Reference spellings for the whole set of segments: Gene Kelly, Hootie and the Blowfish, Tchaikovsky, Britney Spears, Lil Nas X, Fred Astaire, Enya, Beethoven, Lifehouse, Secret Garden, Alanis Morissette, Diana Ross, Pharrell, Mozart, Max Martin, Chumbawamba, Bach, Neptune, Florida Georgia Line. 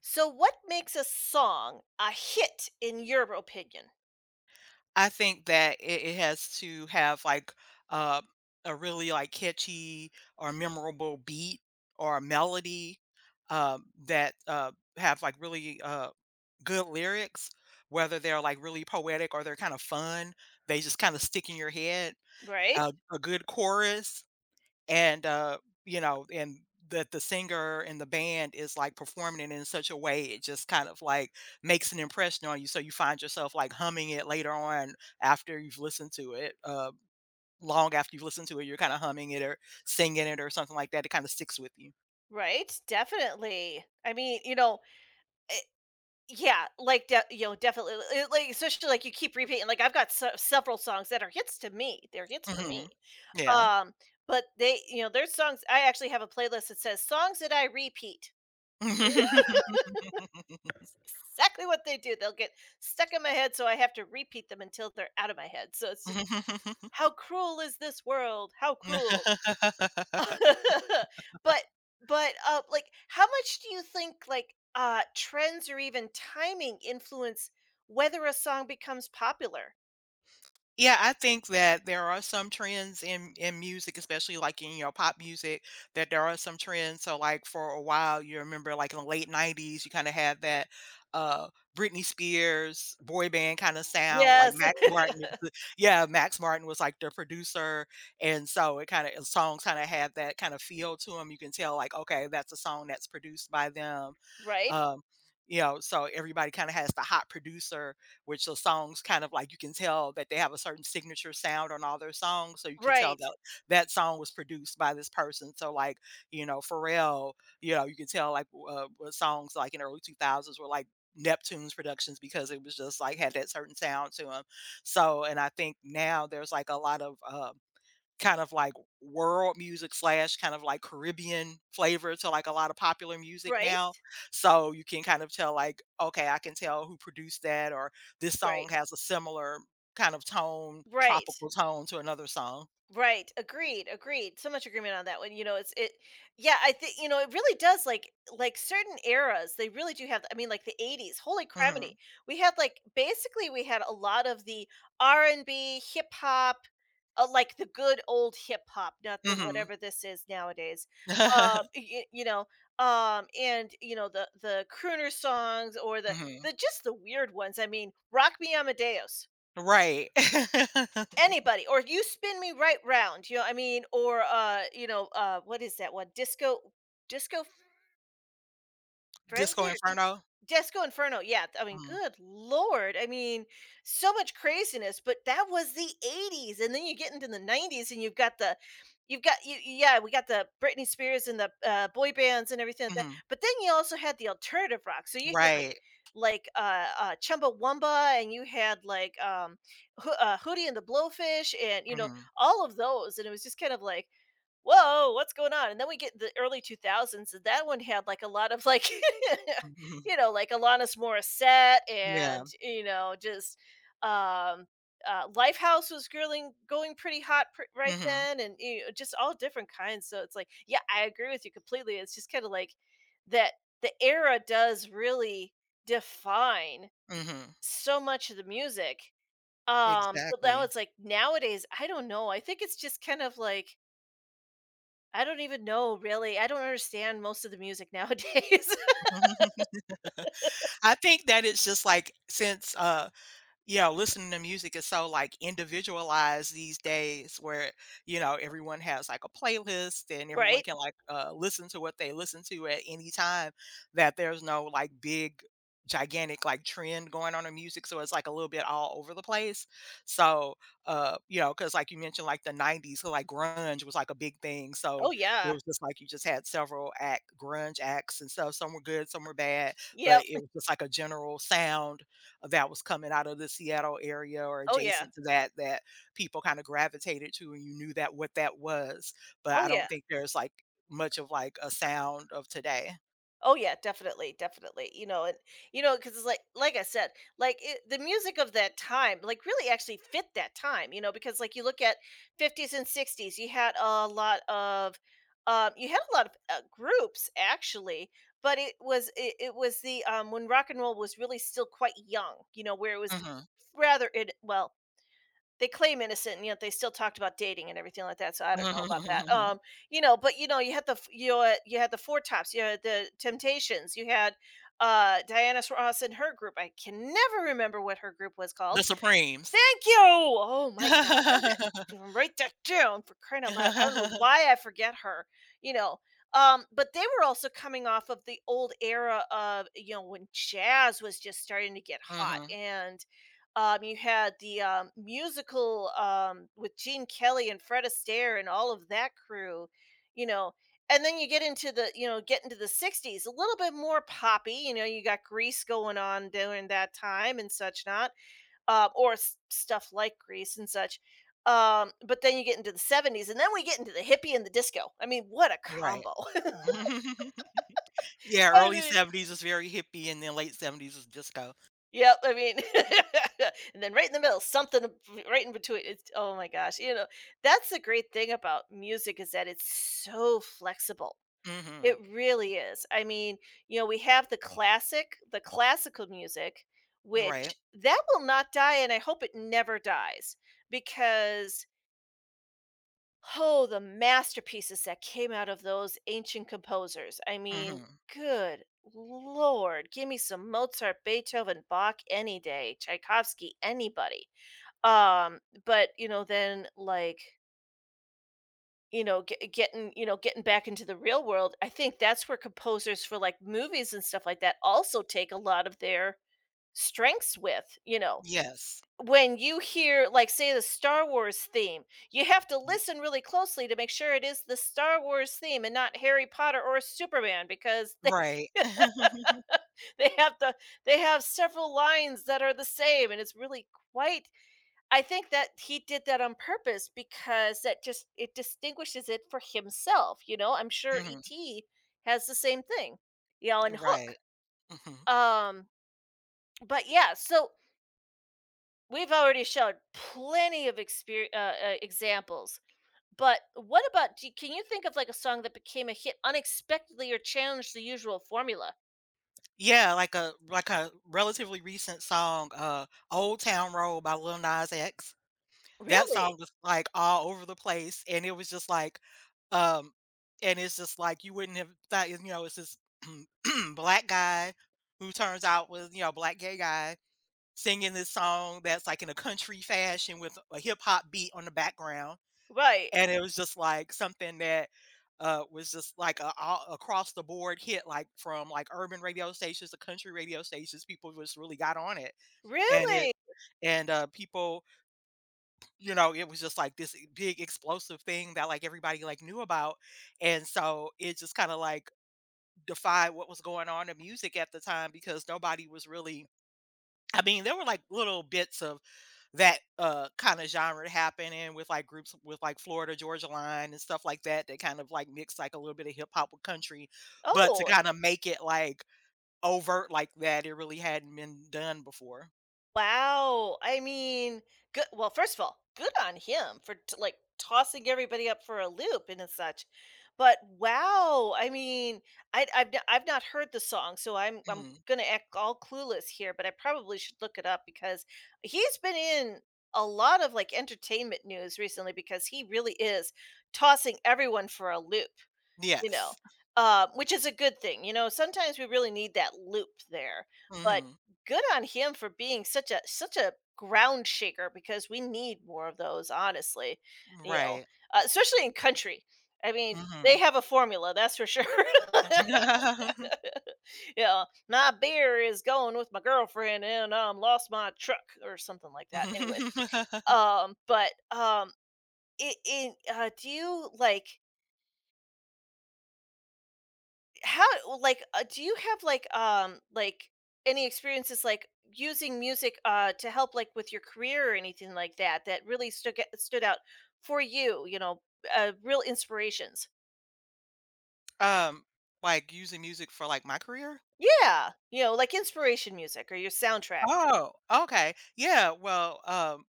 So, what makes a song a hit in your opinion? I think that it has to have like uh, a really like catchy or memorable beat or a melody, that have like really good lyrics, whether they're like really poetic or they're kind of fun. They just kind of stick in your head. Right? A good chorus and you know and that the singer and the band is like performing it in such a way it just kind of like makes an impression on you so you find yourself like humming it later on after you've listened to it, long after you've listened to it, you're kind of humming it or singing it or something like that. It kind of sticks with you. Right? Definitely. I mean, eh, yeah, like definitely. Like especially like you keep repeating. Like I've got several songs that are hits to me. They're hits for me. Hmm. Yeah. Um, but there's songs. I actually have a playlist that says songs that I repeat. Exactly what they do. They'll get stuck in my head, so I have to repeat them until they're out of my head. So it's just how cruel is this world? How cruel? but but like how much do you think like trends or even timing influence whether a song becomes popular? Yeah, I think that there are some trends in music, especially like in your pop music, that there are some trends. So like for a while, you remember like in the late '90s, you kind of had that uh Britney Spears boy band kind of sound, like Yes, Max Martin was Yeah, Max Martin was like the producer, and so it kind of songs kind of had that kind of feel to them. You can tell like, okay, that's a song that's produced by them. right, um, you know, so everybody kind of has the hot producer, which the songs kind of like, you can tell that they have a certain signature sound on all their songs. So you can tell right, that that song was produced by this person. So like, you know, Pharrell, you know, you can tell like what songs like in early 2000s were like Neptune's productions because it was just like had that certain sound to them. So, and I think now there's like a lot of kind of like world music slash kind of like Caribbean flavor to like a lot of popular music now. right, So you can kind of tell like, okay, I can tell who produced that or this right, song has a similar kind of tone, right. tropical tone to another song. Right. Agreed. Agreed. So much agreement on that one. You know, it's it. Yeah, I think you know it really does. Like certain eras, they really do have. I mean, like the '80s. Holy criminy! Mhm. We had like basically we had a lot of the R and B, hip hop, like the good old hip hop, not the Mhm. whatever this is nowadays. Uh, Mhm. you, you know, and you know the crooner songs or the just the weird ones. I mean, Rock Me Amadeus, Right. anybody, or "You spin me right round," you know, what I mean, or, what is that one? Disco Disco Frenzy Disco or just Inferno? Disco Inferno, yeah, I mean, Mhm. good lord, I mean, so much craziness, but that was the '80s, and then you get into the '90s and you've got the you've got you yeah, we got the Britney Spears and the, boy bands and everything like that, Mhm. but then you also had the alternative rock, so you had, like Right. Chumbawamba, and you had, like, Hootie and the Blowfish and, you know, Mhm. all of those, and it was just kind of like whoa, what's going on? And then we get the early 2000s, and that one had like a lot of like, Mhm. you know, like Alanis Morissette Yeah. and, you know, just um, Lifehouse was grilling, going pretty right Mhm. then, and you know, just all different kinds. So it's like, yeah, I agree with you completely. It's just kind of like that the era does really define Mhm. so much of the music. But now Exactly. it's like nowadays, I don't know. I think it's just kind of like I don't even know, really. I don't understand most of the music nowadays, I think that it's just like since Yeah, listening to music is so like individualized these days where, you know, everyone has like a playlist and everyone right? can like listen to what they listen to at any time, that there's no like big, gigantic like trend going on in music. So it's like a little bit all over the place. So, you know, because like you mentioned, like the '90s, so, like grunge was like a big thing. So Oh, it yeah. was just like you just had several act grunge acts and stuff. Some were good, some were bad, Yep. but it was just like a general sound that was coming out of the Seattle area or Oh, yeah. adjacent to that, that people kinda gravitated to, and you knew that what that was, but Oh, I don't yeah. think there's, like, much of, like, a sound of today. Oh, yeah, definitely, definitely. You know, and you know, because it's like I said, the music of that time, like really actually fit that time, you know, because like you look at '50s and '60s, you had a lot of, groups actually, but it was the when rock and roll was really still quite young, you know, where it was Mhm. rather it well They claim innocent, and yet they still talked about dating and everything like that, so I don't know about that, you know, but, you know, you had the Four Tops, you had the Temptations, you had, Diana Ross and her group, I can never remember what her group was called. The Supremes. Thank you! Oh my god, I'm gonna to write that down for crying out loud. I don't know why I forget her, you know? But they were also coming off of the old era of, you know, when jazz was just starting to get hot Mhm. and, you had the, musical, with Gene Kelly and Fred Astaire and all of that crew, you know? And then you get into the you know, get into the '60s, a little bit more poppy, you know, you got Grease going on during that time and such not, um, stuff like Grease and such. But then you get into the '70s, and then we get into the hippie and the disco. I mean, what a Right. combo! Yeah, I early mean, '70s is very hippie, and then late '70s is disco. yep, I mean, and then right in the middle, something right in between. It's oh my gosh, you know, that's the great thing about music is that it's so flexible. Mhm. It really is. I mean, you know, we have the classical music, Right. which that will not die, and I hope it never dies because oh, the masterpieces that came out of those ancient composers. I mean, Mhm. good lord, give me some Mozart, Beethoven, Bach any day, Tchaikovsky, anybody. Um, but you know, then like you know, getting you know, getting back into the real world. I think that's where composers for like movies and stuff like that also take a lot of their strengths with. You know, Yes. when you hear, like, say, the Star Wars theme, you have to listen really closely to make sure it is the Star Wars theme and not Harry Potter or Superman because Right. they have the they have several lines that are the same and it's really quite I think that he did that on purpose because that just it distinguishes it for himself, you know? I'm sure Mhm. ET has the same thing, you know, and Right. Hook. Mhm. Um, but yeah, so we've already shown plenty of examples. But what about do can you think of, like, a song that became a hit unexpectedly or challenged the usual formula? Yeah, like a relatively recent song, "Old Town Road" by Lil Nas X. That Really? song was, like, all over the place, and it was just like, um and it's just like you wouldn't have thought, you know, it's this black guy who turns out was, you know, black gay guy singing this song that's, like, in a country fashion with a hip hop beat on the background. Right. And it was just, like, something that, was just, like, a all across the board hit, like, from, like, urban radio stations to country radio stations, people just really got on it. And Really? it and, people you know, it was just, like, this e big explosive thing that, like, everybody, like, knew about. And so, it just kinda, like, defied what was going on in music at the time because nobody was really, I mean, there were like little bits of that kind of genre happening with like groups with like Florida Georgia Line and stuff like that that kind of like mix like a little bit of hip hop with country, but to Oh, kind of make it like overt like that, it really hadn't been done before. wow. I mean, good well, first of all, good on him for t like tossing everybody up for a loop and such. But wow, I mean, I've not heard the song, so I'm Hmm. gonna act all clueless here, but I probably should look it up because he's been in a lot of like entertainment news recently because he really is tossing everyone for a loop, you know, Yes. Which is a good thing. You know, sometimes we really need that loop there, but Hmm. good on him for being such a ground shaker because we need more of those. Honestly, you know, Right. Especially in country. I mean, Hmm. they have a formula, that's for sure. Yeah, my beer is going with my girlfriend, and lost my truck or something like that. Anyways, but it, it do you like? How like do you have like any experiences like using music to help like with your career or anything like that that really stood out for you, you know, real inspirations? um, like using music for like my career. Yeah, you know, like inspiration music or your soundtrack. Oh, okay. Yeah. Well,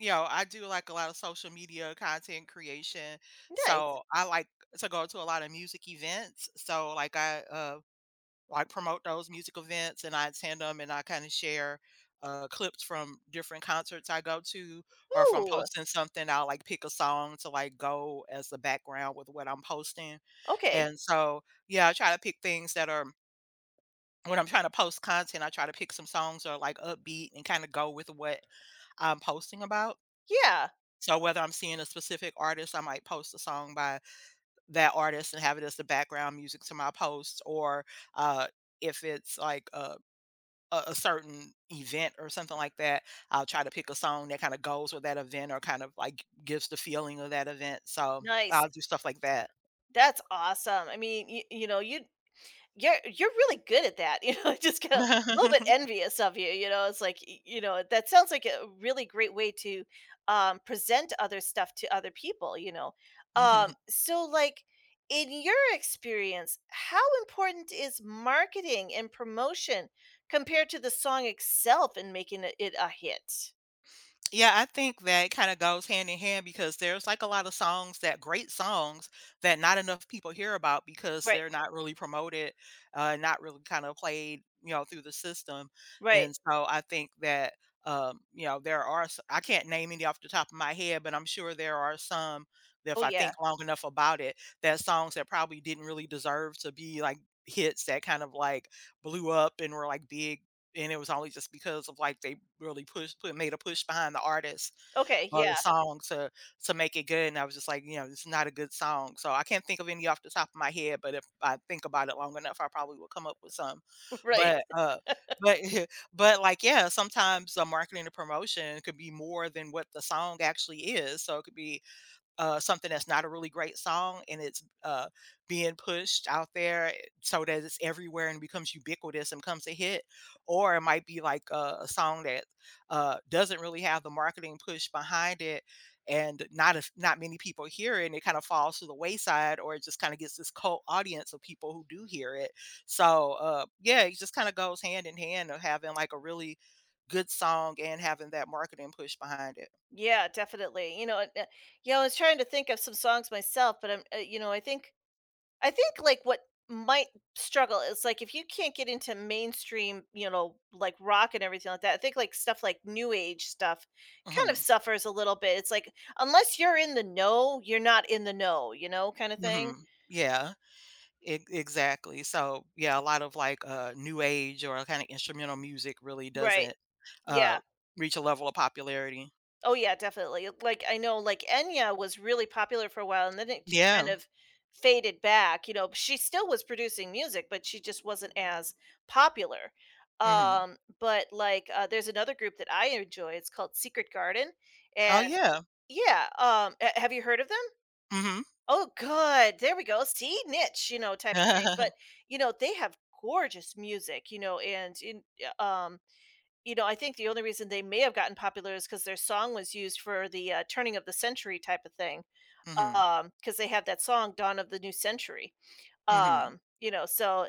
you know, I do like a lot of social media content creation, Nice. so I like to go to a lot of music events. So, like, I like promote those music events, and I attend them, and I kind of share clips from different concerts I go to, or if I'm Ooh, posting something, I'll like pick a song to like go as the background with what I'm posting. okay. And so, yeah, I try to pick things that are when I'm trying to post content. I try to pick some songs that are like upbeat and kind of go with what I'm posting about. Yeah. So whether I'm seeing a specific artist, I might post a song by that artist and have it as the background music to my posts, or uh, if it's like a certain event or something like that, I'll try to pick a song that kind of goes with that event or kind of like gives the feeling of that event. So Nice. I'll do stuff like that. That's awesome. I mean, you know, you're really good at that, you know, I just get a little bit envious of you, you know, it's like, y you know, that sounds like a really great way to, present other stuff to other people, you know? Mhm. So, like, in your experience, how important is marketing and promotion compared to the song itself in making it a hit? Yeah, I think that kind of goes hand in hand because there's like a lot of songs that great songs that not enough people hear about because Right, they're not really promoted, not really kind of played, you know, through the system. right. And so I think that, you know, there are, I can't name any off the top of my head, but I'm sure there are some that Oh, if I yeah. think long enough about it, that songs that probably didn't really deserve to be like hits that kind of like blew up and were like big and it was only just because of, like, they really pushed put made a push behind the artist Okay, or the yeah, song to make it good, and I was just like, you know, it's not a good song." So I can't think of any off the top of my head, but if I think about it long enough, I probably will come up with some. right. But, uh but but, like, yeah, sometimes the marketing and promotion could be more than what the song actually is. So it could be something that's not a really great song and it's being pushed out there so that it's everywhere and becomes ubiquitous and becomes a hit. Or it might be like a song that doesn't really have the marketing push behind it and not as not many people hear it and it kind of falls to the wayside or it just kind of gets this cult audience of people who do hear it. So yeah, it just kind of goes hand in hand of having like a really good song and having that marketing push behind it. Yeah, definitely, you know, yeah, I was trying to think of some songs myself, but I'm, you know, I think, like, what might struggle is, like, if you can't get into mainstream, you know, like, rock and everything like that, I think, like, stuff like new age stuff kind of Hmm. suffers a little bit. It's like, unless you're in the know, you're not in the know, you know, kinda Hmm. thing. Yeah. E Exactly. So, yeah, a lot of, like, new age or kinda instrumental music really Right. doesn't, Yeah. uh, reach a level of popularity. Oh yeah, definitely. Like I know like Enya was really popular for a while and then it just kind Yeah. of faded back, you know, she still was producing music, but she just wasn't as popular. Mhm. But like there's another group that I enjoy. It's called Secret Garden. Oh, And yeah. yeah, have you heard of them? Mhm. Oh good. There we go. See niche, you know, type of thing. But you know, they have gorgeous music, you know, and in um you know, I think the only reason they may have gotten popular is because their song was used for the, turning of the century type of thing. Mhm. Because they had that song, Dawn of the New Century, Mhm. um, you know, so,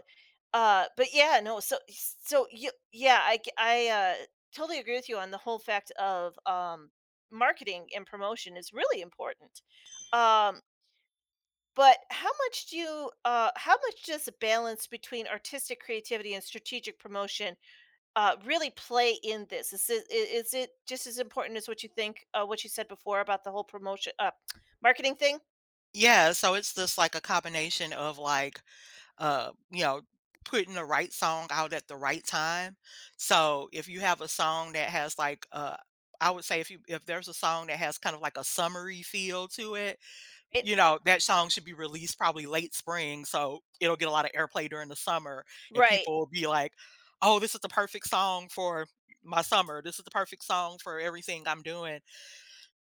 but yeah, no, so so you yeah, I c I, totally agree with you on the whole fact of, marketing and promotion is really important, um, but how much do you, how much does the balance between artistic creativity and strategic promotion really play in this? Is it, is it just as important as what you think? What you said before about the whole promotion, marketing thing, Yeah, so it's just, like, a combination of, like, you know, putting the right song out at the right time. So, if you have a song that has, like, I would say if you if there's a song that has kind of, like, a summery feel to it, right? you know, that song should be released probably late spring, so it'll get a lot of airplay during the summer, and Right, people will be like, "Oh, this is the perfect song for my summer. This is the perfect song for everything I'm doing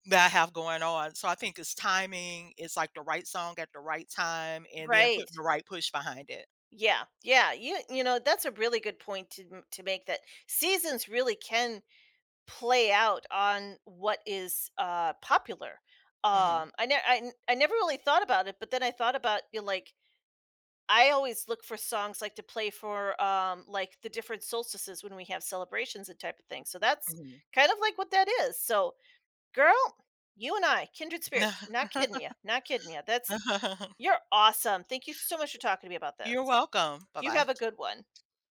that I have going on." So I think it's timing, it's like the right song at the right time, and then right. putting the right push behind it. Yeah, yeah. You know that's a really good point to make. That seasons really can play out on what is popular. Mhm, I, ne- I n- I never really thought about it, but then I thought about you know, like I always look for songs like to play for like the different solstices when we have celebrations and type of thing. So that's kind of like what that is. So girl, you and I, kindred spirits. Not mhm. kidding you. Not kidding you. That's you're awesome. Thank you so much for talking to me about this. You're welcome. You have Bye-bye. a good one.